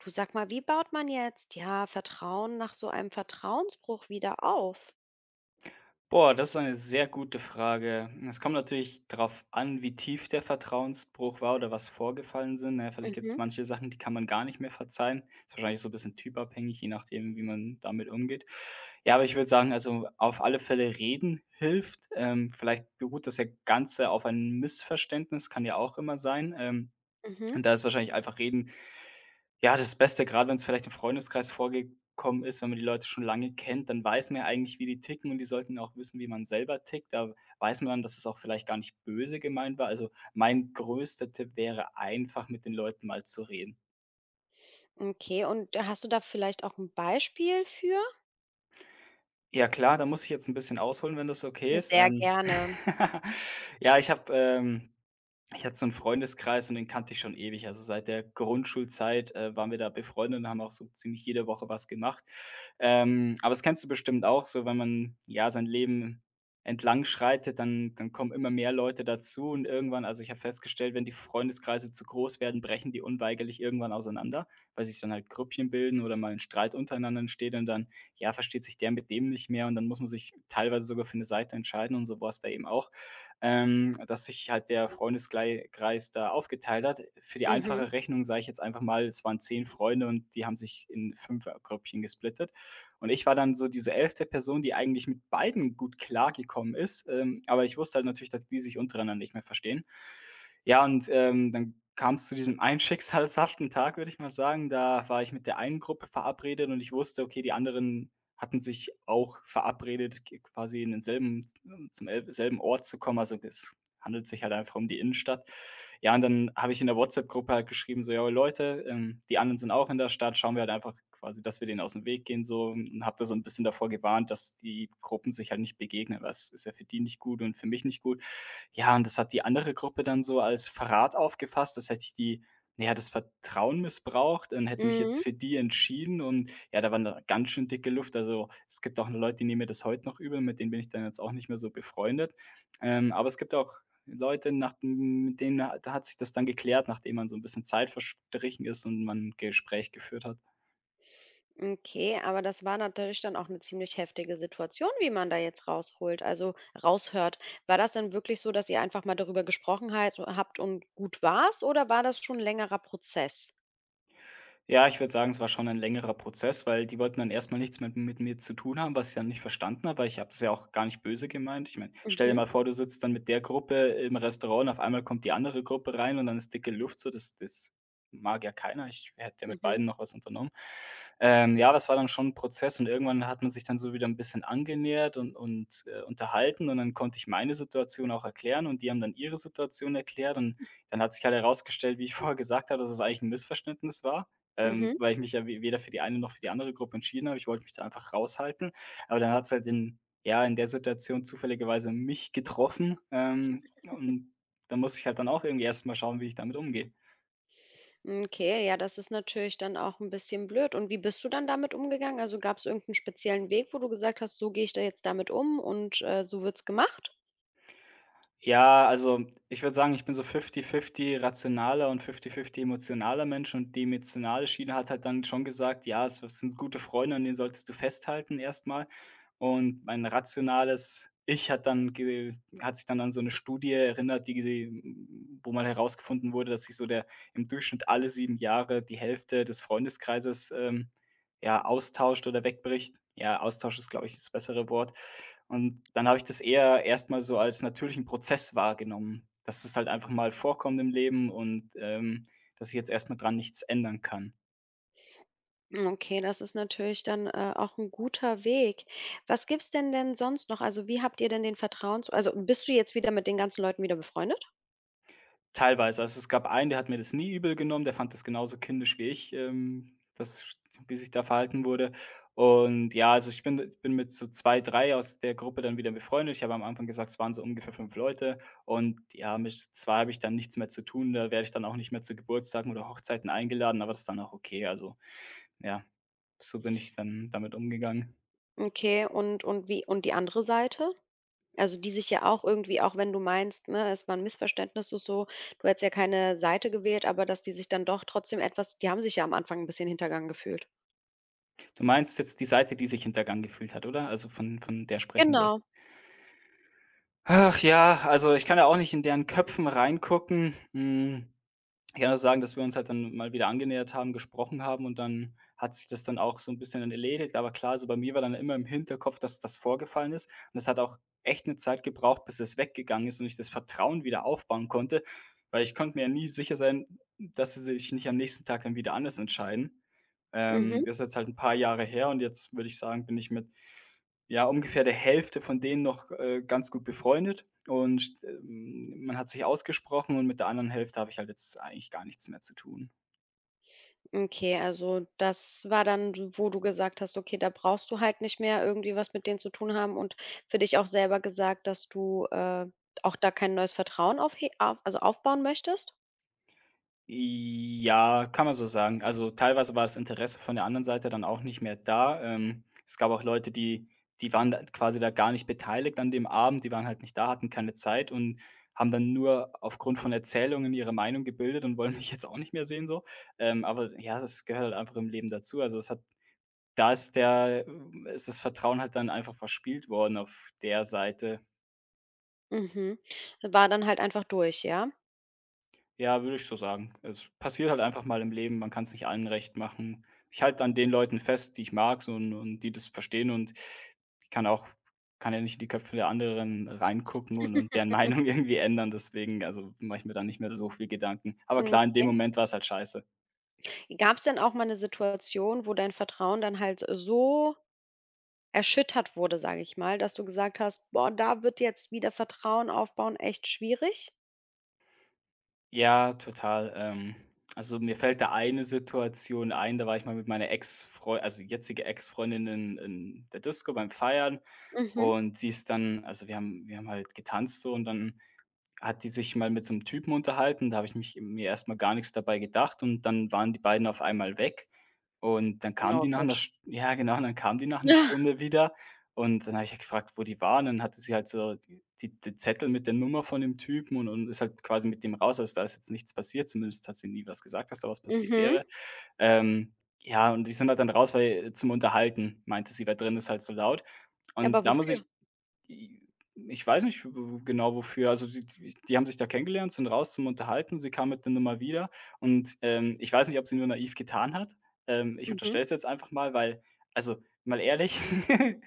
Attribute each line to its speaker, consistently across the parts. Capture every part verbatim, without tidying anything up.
Speaker 1: Du sag mal, wie baut man jetzt, ja, Vertrauen nach so einem Vertrauensbruch wieder auf?
Speaker 2: Boah, das ist eine sehr gute Frage. Es kommt natürlich darauf an, wie tief der Vertrauensbruch war oder was vorgefallen sind, ne? Vielleicht gibt es
Speaker 1: Mhm,
Speaker 2: manche Sachen, die kann man gar nicht mehr verzeihen. Ist wahrscheinlich so ein bisschen typabhängig, je nachdem, wie man damit umgeht. Ja, aber ich würde sagen, also, auf alle Fälle reden hilft. Ähm, vielleicht beruht das ja Ganze auf ein Missverständnis, kann ja auch immer sein. Ähm,
Speaker 1: mhm.
Speaker 2: und da ist wahrscheinlich einfach reden ja, das Beste, gerade wenn es vielleicht im Freundeskreis vorgekommen ist, wenn man die Leute schon lange kennt, dann weiß man ja eigentlich, wie die ticken und die sollten auch wissen, wie man selber tickt. Da weiß man dann, dass es auch vielleicht gar nicht böse gemeint war. Also, mein größter Tipp wäre einfach, mit den Leuten mal zu reden.
Speaker 1: Okay, und hast du da vielleicht auch ein Beispiel für?
Speaker 2: Ja klar, da muss ich jetzt ein bisschen ausholen, wenn das okay ist.
Speaker 1: Sehr
Speaker 2: Ähm,
Speaker 1: gerne.
Speaker 2: ja, ich habe, ähm Ich hatte so einen Freundeskreis und den kannte ich schon ewig. Also, seit der Grundschulzeit, äh, waren wir da befreundet und haben auch so ziemlich jede Woche was gemacht. Ähm, aber das kennst du bestimmt auch so, wenn man, ja, sein Leben entlang schreitet, dann dann kommen immer mehr Leute dazu und irgendwann also, ich habe festgestellt, wenn die Freundeskreise zu groß werden, brechen die unweigerlich irgendwann auseinander, weil sich dann halt Grüppchen bilden oder mal ein Streit untereinander entsteht und dann, ja, versteht sich der mit dem nicht mehr und dann muss man sich teilweise sogar für eine Seite entscheiden und so war es da eben auch ähm, dass sich halt der Freundeskreis da aufgeteilt hat. Für die
Speaker 1: Mhm,
Speaker 2: einfache Rechnung sage ich jetzt einfach mal, es waren zehn Freunde und die haben sich in fünf er grüppchen gesplittet. Und ich war dann so diese elfte Person, die eigentlich mit beiden gut klargekommen ist, ähm, aber ich wusste halt natürlich, dass die sich untereinander nicht mehr verstehen. Ja, und, ähm, dann kam es zu diesem einen schicksalshaften Tag, würde ich mal sagen. Da war ich mit der einen Gruppe verabredet und ich wusste, okay, die anderen hatten sich auch verabredet, g quasi in denselben ähm, zum el selben Ort zu kommen. Also, es handelt sich halt einfach um die Innenstadt. Ja, und dann habe ich in der WhatsApp-Gruppe halt geschrieben, so: ja Leute, ähm, die anderen sind auch in der Stadt, schauen wir halt einfach quasi, dass wir denen aus dem Weg gehen so" und habe da so ein bisschen davor gewarnt, dass die Gruppen sich halt nicht begegnen, weil es ist ja für die nicht gut und für mich nicht gut. Ja, und das hat die andere Gruppe dann so als Verrat aufgefasst, das hätte ich die ja, das Vertrauen missbraucht und hätte mich jetzt
Speaker 1: mhm.
Speaker 2: für die entschieden und ja, da war eine ganz schön dicke Luft. Also, es gibt auch Leute, die nehmen mir das heute noch übel, mit denen bin ich dann jetzt auch nicht mehr so befreundet. Ähm, aber es gibt auch Leute, nach m mit denen hat- da hat sich das dann geklärt, nachdem man so ein bisschen Zeit verstrichen ist und man ein Gespräch geführt hat.
Speaker 1: Okay, aber das war natürlich dann auch eine ziemlich heftige Situation, wie man da jetzt rausholt also, raushört. War das denn wirklich so, dass ihr einfach mal darüber gesprochen halt habt und gut war's oder war das schon 'n längerer Prozess?
Speaker 2: Ja, ich würde sagen, es war schon ein längerer Prozess, weil die wollten dann erstmal nichts mit mit mir zu tun haben, was ich dann nicht verstanden habe, weil ich habe das ja auch gar nicht böse gemeint. Ich meine, stell dir
Speaker 1: Mhm,
Speaker 2: mal vor, du sitzt dann mit der Gruppe im Restaurant und auf einmal kommt die andere Gruppe rein und dann ist dicke Luft so, das das mag ja keiner. Ich hätte ja mit
Speaker 1: mhm,
Speaker 2: beiden noch was unternommen. Ähm, ja, das war dann schon ein Prozess und irgendwann hat man sich dann so wieder ein bisschen angenähert und und, äh, unterhalten und dann konnte ich meine Situation auch erklären und die haben dann ihre Situation erklärt und dann hat sich halt herausgestellt, wie ich vorher gesagt habe, dass es eigentlich ein Missverständnis war ähm,
Speaker 1: mhm.
Speaker 2: weil ich mich ja we weder für die eine noch für die andere Gruppe entschieden habe. Ich wollte mich da einfach raushalten. Aber dann hat es halt in ja, in der Situation zufälligerweise mich getroffen, ähm, und da muss ich halt dann auch irgendwie erst mal schauen, wie ich damit umgehe.
Speaker 1: Okay, ja, das ist natürlich dann auch ein bisschen blöd. Und wie bist du dann damit umgegangen? Also, gab es irgendeinen speziellen Weg, wo du gesagt hast: „So gehe ich da jetzt damit um und, äh, so wird's gemacht?“
Speaker 2: Ja, also ich würde sagen, ich bin so fifty-fifty rationaler und fifty-fifty emotionaler Mensch und die emotionale Schiene hat halt dann schon gesagt: „Ja, es sind gute Freunde und den solltest du festhalten erstmal. Und mein rationales Ich hat dann ge hat sich dann an so eine Studie erinnert, die die wo mal herausgefunden wurde, dass sich so der im Durchschnitt alle sieben Jahre die Hälfte des Freundeskreises, ähm, ja, austauscht oder wegbricht. Ja, Austausch ist, glaube ich, das bessere Wort. Und dann habe ich das eher erstmal so als natürlichen Prozess wahrgenommen, dass das halt einfach mal vorkommt im Leben und, ähm, dass ich jetzt erstmal dran nichts ändern kann.
Speaker 1: Okay, das ist natürlich dann, äh, auch ein guter Weg. Was gibt's denn denn sonst noch? Also, wie habt ihr denn den Vertrauens also, bist du jetzt wieder mit den ganzen Leuten wieder befreundet?
Speaker 2: Teilweise. Also, es gab einen, der hat mir das nie übel genommen, der fand das genauso kindisch wie ich, ähm, das wie sich da verhalten wurde. Und ja, also, ich bin ich bin mit so zwei, drei aus der Gruppe dann wieder befreundet. Ich habe am Anfang gesagt, es waren so ungefähr fünf Leute und ja, mit zwei habe ich dann nichts mehr zu tun. Da werde ich dann auch nicht mehr zu Geburtstagen oder Hochzeiten eingeladen, aber das ist dann auch okay. Also, ja. So bin ich dann damit umgegangen.
Speaker 1: Okay, und und wie und die andere Seite? Also, die sich ja auch irgendwie auch wenn du meinst, ne, es war ein Missverständnis und so, du hättest ja keine Seite gewählt, aber dass die sich dann doch trotzdem etwas die haben sich ja am Anfang ein bisschen hintergangen gefühlt.
Speaker 2: Du meinst jetzt die Seite, die sich hintergangen gefühlt hat, oder? Also, von von der sprechen wir
Speaker 1: Genau.
Speaker 2: jetzt. Ach ja, also, ich kann ja auch nicht in deren Köpfen reingucken. Hm. Ich kann auch sagen, dass wir uns halt dann mal wieder angenähert haben, gesprochen haben und dann hat sich das dann auch so ein bisschen dann erledigt. Aber klar, so bei mir war dann immer im Hinterkopf, dass das vorgefallen ist und das hat auch echt eine Zeit gebraucht, bis es weggegangen ist und ich das Vertrauen wieder aufbauen konnte, weil ich konnte mir ja nie sicher sein, dass sie sich nicht am nächsten Tag dann wieder anders entscheiden. Ähm,
Speaker 1: Mhm.
Speaker 2: das ist jetzt halt ein paar Jahre her und jetzt würde ich sagen, bin ich mit ja, ungefähr der Hälfte von denen noch, äh, ganz gut befreundet und, ähm, man hat sich ausgesprochen und mit der anderen Hälfte habe ich halt jetzt eigentlich gar nichts mehr zu tun.
Speaker 1: Okay, also das war dann, wo du gesagt hast: „Okay, da brauchst du halt nicht mehr irgendwie was mit denen zu tun haben“ und für dich auch selber gesagt, dass du, äh, auch da kein neues Vertrauen auf also aufbauen möchtest?
Speaker 2: Ja, kann man so sagen. Also, teilweise war das Interesse von der anderen Seite dann auch nicht mehr da. Ähm, es gab auch Leute, die die waren da quasi da gar nicht beteiligt an dem Abend, die waren halt nicht da, hatten keine Zeit und haben dann nur aufgrund von Erzählungen ihre Meinung gebildet und wollen mich jetzt auch nicht mehr sehen so. Ähm, aber ja, das gehört halt einfach im Leben dazu. Also, es hat Da ist der Ist das Vertrauen halt dann einfach verspielt worden auf der Seite.
Speaker 1: Mhm. War dann halt einfach durch, ja?
Speaker 2: Ja, würde ich so sagen. Es passiert halt einfach mal im Leben, man kann es nicht allen recht machen. Ich halte an den Leuten fest, die ich mag so und und die das verstehen und ich kann auch kann ja nicht in die Köpfe der anderen reingucken und und deren Meinung irgendwie ändern. Deswegen, also, mache ich mir da nicht mehr so viel Gedanken. Aber klar, in dem
Speaker 1: Okay.
Speaker 2: Moment war es halt scheiße.
Speaker 1: Gab es denn auch mal eine Situation, wo dein Vertrauen dann halt so erschüttert wurde, sage ich mal, dass du gesagt hast: „Boah, da wird jetzt wieder Vertrauen aufbauen echt schwierig?“
Speaker 2: Ja, total. Ähm, also, mir fällt da eine Situation ein, da war ich mal mit meiner ex freundin also, jetzige Ex-Freundin in in der Disco beim Feiern
Speaker 1: Mhm.
Speaker 2: und sie ist dann also, wir haben wir haben halt getanzt so und dann hat die sich mal mit so einem Typen unterhalten, da habe ich mich mir erstmal gar nichts dabei gedacht und dann waren die beiden auf einmal weg und dann kamen
Speaker 1: Oh
Speaker 2: die nach einer,
Speaker 1: Gott.
Speaker 2: St ja genau, dann kamen die nach 'ner
Speaker 1: Ja.
Speaker 2: Stunde wieder und dann habe ich halt gefragt, wo die waren. Dann hatte sie halt so die die den Zettel mit der Nummer von dem Typen und und ist halt quasi mit dem raus. Also, da ist jetzt nichts passiert, zumindest hat sie nie was gesagt, dass da was passiert
Speaker 1: Mhm.
Speaker 2: wäre. Ähm, ja, und die sind halt dann raus, weil zum Unterhalten meinte sie, weil drin ist halt so laut.
Speaker 1: Aber
Speaker 2: Und da muss
Speaker 1: wofür?
Speaker 2: ich I ich weiß nicht w genau wofür. Also, die die die haben sich da kennengelernt, sind raus zum Unterhalten. Sie kam mit der Nummer wieder und, ähm, ich weiß nicht, ob sie nur naiv getan hat. Ähm, ich
Speaker 1: Mhm.
Speaker 2: unterstelle es jetzt einfach mal, weil also, mal ehrlich,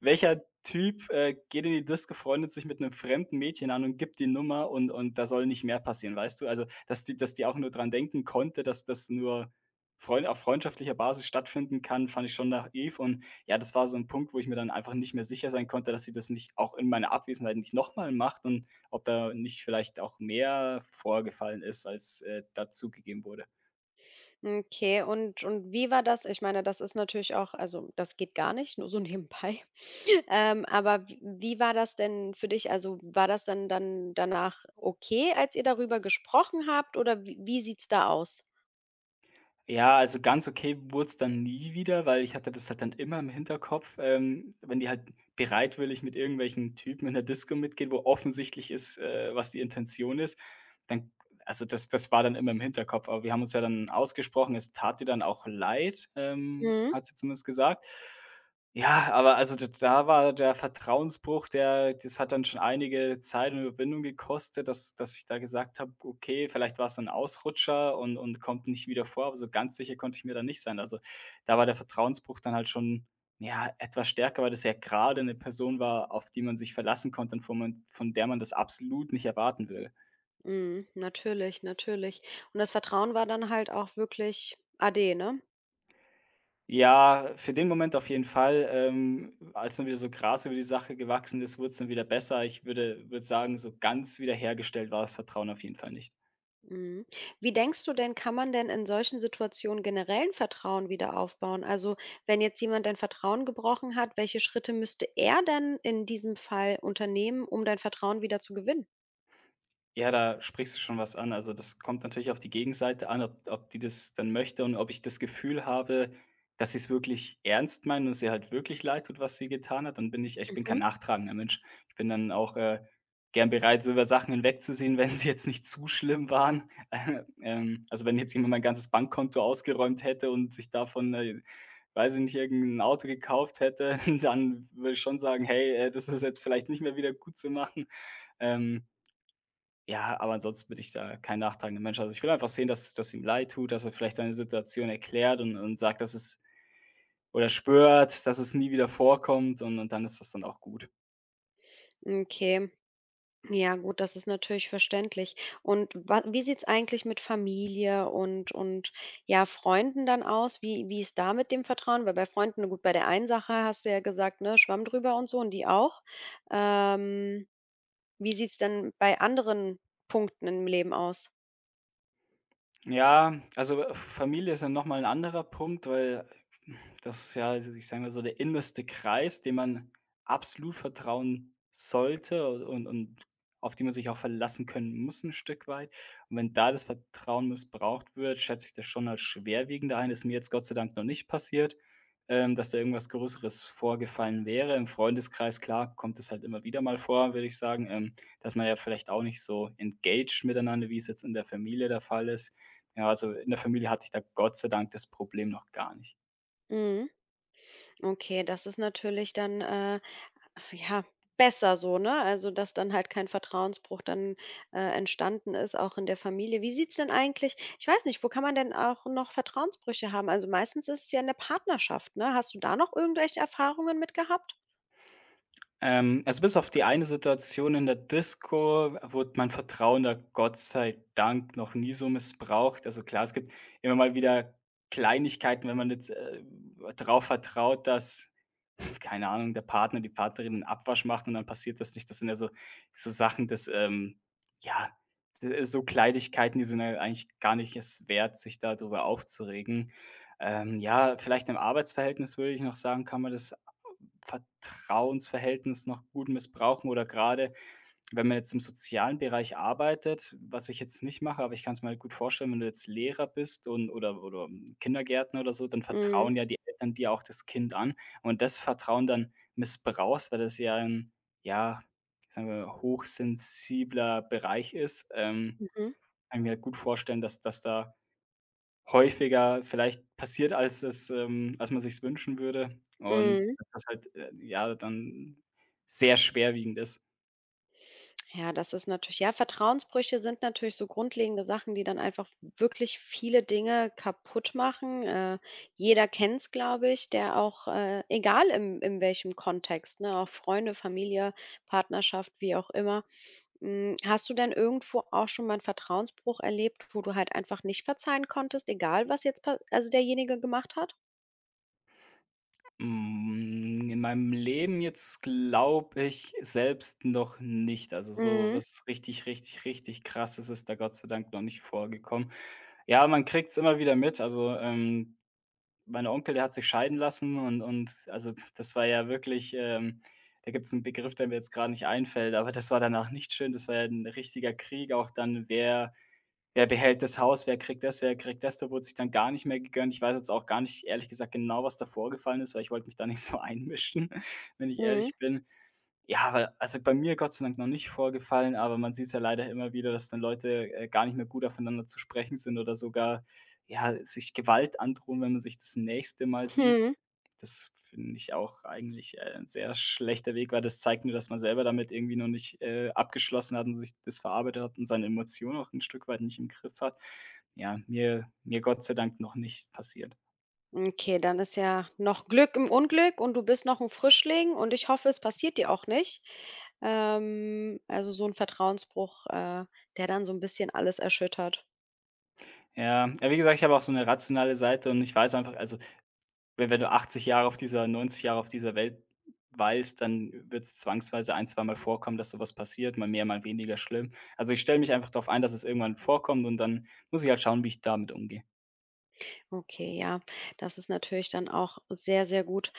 Speaker 2: welcher Typ, äh, geht in die Disco, freundet sich mit einem fremden Mädchen an und gibt die Nummer und und da soll nicht mehr passieren, weißt du? Also, dass die dass die auch nur dran denken konnte, dass das nur freund auf freundschaftlicher Basis stattfinden kann, fand ich schon naiv und ja, das war so 'n Punkt, wo ich mir dann einfach nicht mehr sicher sein konnte, dass sie das nicht auch in meiner Abwesenheit nicht noch mal macht und ob da nicht vielleicht auch mehr vorgefallen ist, als, äh, dazugegeben wurde.
Speaker 1: Okay, und und wie war das? Ich meine, das ist natürlich auch also, das geht gar nicht, nur so nebenbei. Ähm, aber w wie war das denn für dich? Also, war das dann dann danach okay, als ihr darüber gesprochen habt oder wie wie sieht's da aus?
Speaker 2: Ja, also ganz okay wurde dann nie wieder, weil ich hatte das halt dann immer im Hinterkopf, ähm, wenn die halt bereitwillig mit irgendwelchen Typen in der Disco mitgeht, wo offensichtlich ist, äh, was die Intention ist, dann also das das war dann immer im Hinterkopf, aber wir haben uns ja dann ausgesprochen. Es tat ihr dann auch leid, ähm,
Speaker 1: Mhm.
Speaker 2: hat sie zumindest gesagt. Ja, aber also d da war der Vertrauensbruch, der das hat dann schon einige Zeit und Überwindung gekostet, dass dass ich da gesagt habe: „Okay, vielleicht war es ein Ausrutscher und und kommt nicht wieder vor“, aber so ganz sicher konnte ich mir da nicht sein. Also, da war der Vertrauensbruch dann halt schon, ja, etwas stärker, weil das ja gerade eine Person war, auf die man sich verlassen konnte und von man von der man das absolut nicht erwarten will.
Speaker 1: Mhm, natürlich, natürlich. Und das Vertrauen war dann halt auch wirklich ade, ne?
Speaker 2: Ja, für den Moment auf jeden Fall. Ähm, als dann wieder so Gras über die Sache gewachsen ist, wurde es dann wieder besser. Ich würde würde sagen, so ganz wiederhergestellt war das Vertrauen auf jeden Fall nicht.
Speaker 1: Mhm. Wie denkst du denn, kann man denn in solchen Situationen generellen Vertrauen wieder aufbauen? Also, wenn jetzt jemand dein Vertrauen gebrochen hat, welche Schritte müsste er denn in diesem Fall unternehmen, um dein Vertrauen wieder zu gewinnen?
Speaker 2: Ja, da sprichst du schon was an. Also, das kommt natürlich auf die Gegenseite an, ob ob die das dann möchte und ob ich das Gefühl habe, dass sie es wirklich ernst meinen und es ihr halt wirklich leid tut, was sie getan hat. Dann bin ich ich bin kein
Speaker 1: Mhm,
Speaker 2: nachtragender Mensch. Ich bin dann auch, äh, gern bereit, so über Sachen hinwegzusehen, wenn sie jetzt nicht zu schlimm waren. Ähm, also, wenn jetzt jemand mein ganzes Bankkonto ausgeräumt hätte und sich davon, äh, weiß ich nicht, irgendein Auto gekauft hätte, dann würde ich schon sagen: „Hey, äh, das ist jetzt vielleicht nicht mehr wieder gut gutzumachen.“ Ähm, ja, aber ansonsten bin ich da kein nachtragender Mensch. Also, ich will einfach sehen, dass dass ihm leid tut, dass er vielleicht seine Situation erklärt und und sagt, dass es oder schwört, dass es nie wieder vorkommt und und dann ist das dann auch gut.
Speaker 1: okay. Ja, gut, das ist natürlich verständlich. Und wa wie sieht's eigentlich mit Familie und und, ja, Freunden dann aus? Wie wie ist da mit dem Vertrauen? Weil bei Freunden na gut, bei der einen Sache hast du ja gesagt, ne, Schwamm drüber und so und die auch. Ähm, wie sieht's denn bei anderen Punkten im Leben aus?
Speaker 2: Ja, also äh, Familie ist ja noch mal 'n anderer Punkt, weil das ist ja, also ich sage mal so, der innerste Kreis, dem man absolut vertrauen sollte und und auf die man sich auch verlassen können muss ein Stück weit. Und wenn da das Vertrauen missbraucht wird, schätze ich das schon als schwerwiegender ein. Ist mir jetzt Gott sei Dank noch nicht passiert, ähm, dass da irgendwas Größeres vorgefallen wäre. Im Freundeskreis, klar, kommt es halt immer wieder mal vor, würde ich sagen, ähm, dass man ja vielleicht auch nicht so engaged miteinander, wie es jetzt in der Familie der Fall ist. Ja, also in der Familie hatte ich da Gott sei Dank das Problem noch gar nicht.
Speaker 1: Mhm. Okay, das ist natürlich dann, äh, ja, besser so, ne? Also, dass dann halt kein Vertrauensbruch dann, äh, entstanden ist, auch in der Familie. Wie sieht's denn eigentlich ich weiß nicht, wo kann man denn auch noch Vertrauensbrüche haben? Also, meistens ist es ja in der Partnerschaft, ne? Hast du da noch irgendwelche Erfahrungen mit gehabt?
Speaker 2: Ähm, also bis auf die eine Situation in der Disco wurde mein Vertrauen da Gott sei Dank noch nie so missbraucht. Also klar, es gibt immer mal wieder Kleinigkeiten, wenn man jetzt, äh, drauf vertraut, dass, keine Ahnung, der Partner, die Partnerin 'n Abwasch macht und dann passiert das nicht. Das sind ja so so Sachen, dass ähm ja, d so Kleinigkeiten, die sind ja eigentlich gar nicht es wert, sich darüber aufzuregen. Ähm, ja, vielleicht im Arbeitsverhältnis würde ich noch sagen, kann man das Vertrauensverhältnis noch gut missbrauchen oder gerade wenn man jetzt im sozialen Bereich arbeitet, was ich jetzt nicht mache, aber ich kann es mir halt gut vorstellen, wenn du jetzt Lehrer bist und oder oder, hm, Kindergärtner oder so, dann vertrauen
Speaker 1: Mhm,
Speaker 2: ja die Eltern dir auch das Kind an. Und das Vertrauen dann missbrauchst, weil das ja ein ja, sagen wir, hochsensibler Bereich ist, ähm,
Speaker 1: mhm,
Speaker 2: kann ich mir halt gut vorstellen, dass dass da häufiger vielleicht passiert, als es ähm, als man sich's wünschen würde und
Speaker 1: mhm.
Speaker 2: dass das halt, äh, ja, dann sehr schwerwiegend ist.
Speaker 1: Ja, das ist natürlich ja, Vertrauensbrüche sind natürlich so grundlegende Sachen, die dann einfach wirklich viele Dinge kaputt machen. Äh, jeder kennt es, glaube ich, der auch, äh, egal im in welchem Kontext, ne, auch Freunde, Familie, Partnerschaft, wie auch immer. Hm, hast du denn irgendwo auch schon mal 'n Vertrauensbruch erlebt, wo du halt einfach nicht verzeihen konntest, egal was jetzt pa also derjenige gemacht hat?
Speaker 2: Hm, in meinem Leben jetzt glaube ich selbst noch nicht. Also, so
Speaker 1: Mhm,
Speaker 2: was richtig, richtig, richtig Krasses ist da Gott sei Dank noch nicht vorgekommen. Ja, man kriegt es immer wieder mit. Also, ähm, mein Onkel, der hat sich scheiden lassen und und also d das war ja wirklich, ähm da gibt es einen Begriff, der mir jetzt gerade nicht einfällt, aber das war danach nicht schön. Das war ja 'n richtiger Krieg auch dann, wer wer behält das Haus, wer kriegt das, wer kriegt das. Da wurde sich dann gar nicht mehr gegönnt. Ich weiß jetzt auch gar nicht, ehrlich gesagt, genau, was da vorgefallen ist, weil ich wollte mich da nicht so einmischen, wenn ich
Speaker 1: mhm,
Speaker 2: ehrlich bin. Ja, aber also, bei mir Gott sei Dank noch nicht vorgefallen, aber man sieht's ja leider immer wieder, dass dann Leute, äh, gar nicht mehr gut aufeinander zu sprechen sind oder sogar, ja, sich Gewalt androhen, wenn man sich das nächste Mal sieht.
Speaker 1: mhm.
Speaker 2: Das finde ich auch eigentlich, äh, 'n sehr schlechter Weg, weil das zeigt nur, dass man selber damit irgendwie noch nicht, äh, abgeschlossen hat und sich das verarbeitet hat und seine Emotionen auch ein Stück weit nicht im Griff hat. Ja, mir mir Gott sei Dank noch nicht passiert.
Speaker 1: Okay, dann ist ja noch Glück im Unglück und du bist noch ein Frischling und ich hoffe, es passiert dir auch nicht. Ähm, also, so ein Vertrauensbruch, äh, der dann so ein bisschen alles erschüttert.
Speaker 2: Ja, ja, wie gesagt, ich habe auch so eine rationale Seite und ich weiß einfach also Wenn wenn du achtzig Jahre auf dieser neunzig Jahre auf dieser Welt weißt, dann wird es zwangsweise ein zweimal vorkommen, dass so was passiert, mal mehr, mal weniger schlimm. Also, ich stelle mich einfach darauf ein, dass es irgendwann vorkommt und dann muss ich halt schauen, wie ich damit umgehe.
Speaker 1: Okay, ja, das ist natürlich dann auch sehr, sehr gut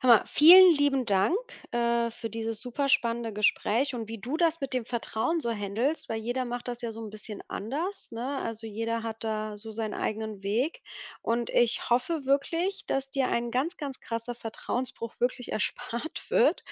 Speaker 1: Hör mal, vielen lieben Dank, äh, für dieses super spannende Gespräch und wie du das mit dem Vertrauen so handelst, weil jeder macht das ja so ein bisschen anders, ne? Also, jeder hat da so seinen eigenen Weg und ich hoffe wirklich, dass dir ein ganz, ganz krasser Vertrauensbruch wirklich erspart wird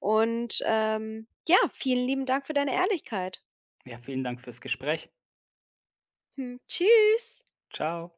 Speaker 1: und, ähm, ja, vielen lieben Dank für deine Ehrlichkeit.
Speaker 2: Ja, vielen Dank fürs Gespräch.
Speaker 1: Hm, tschüss.
Speaker 2: Ciao.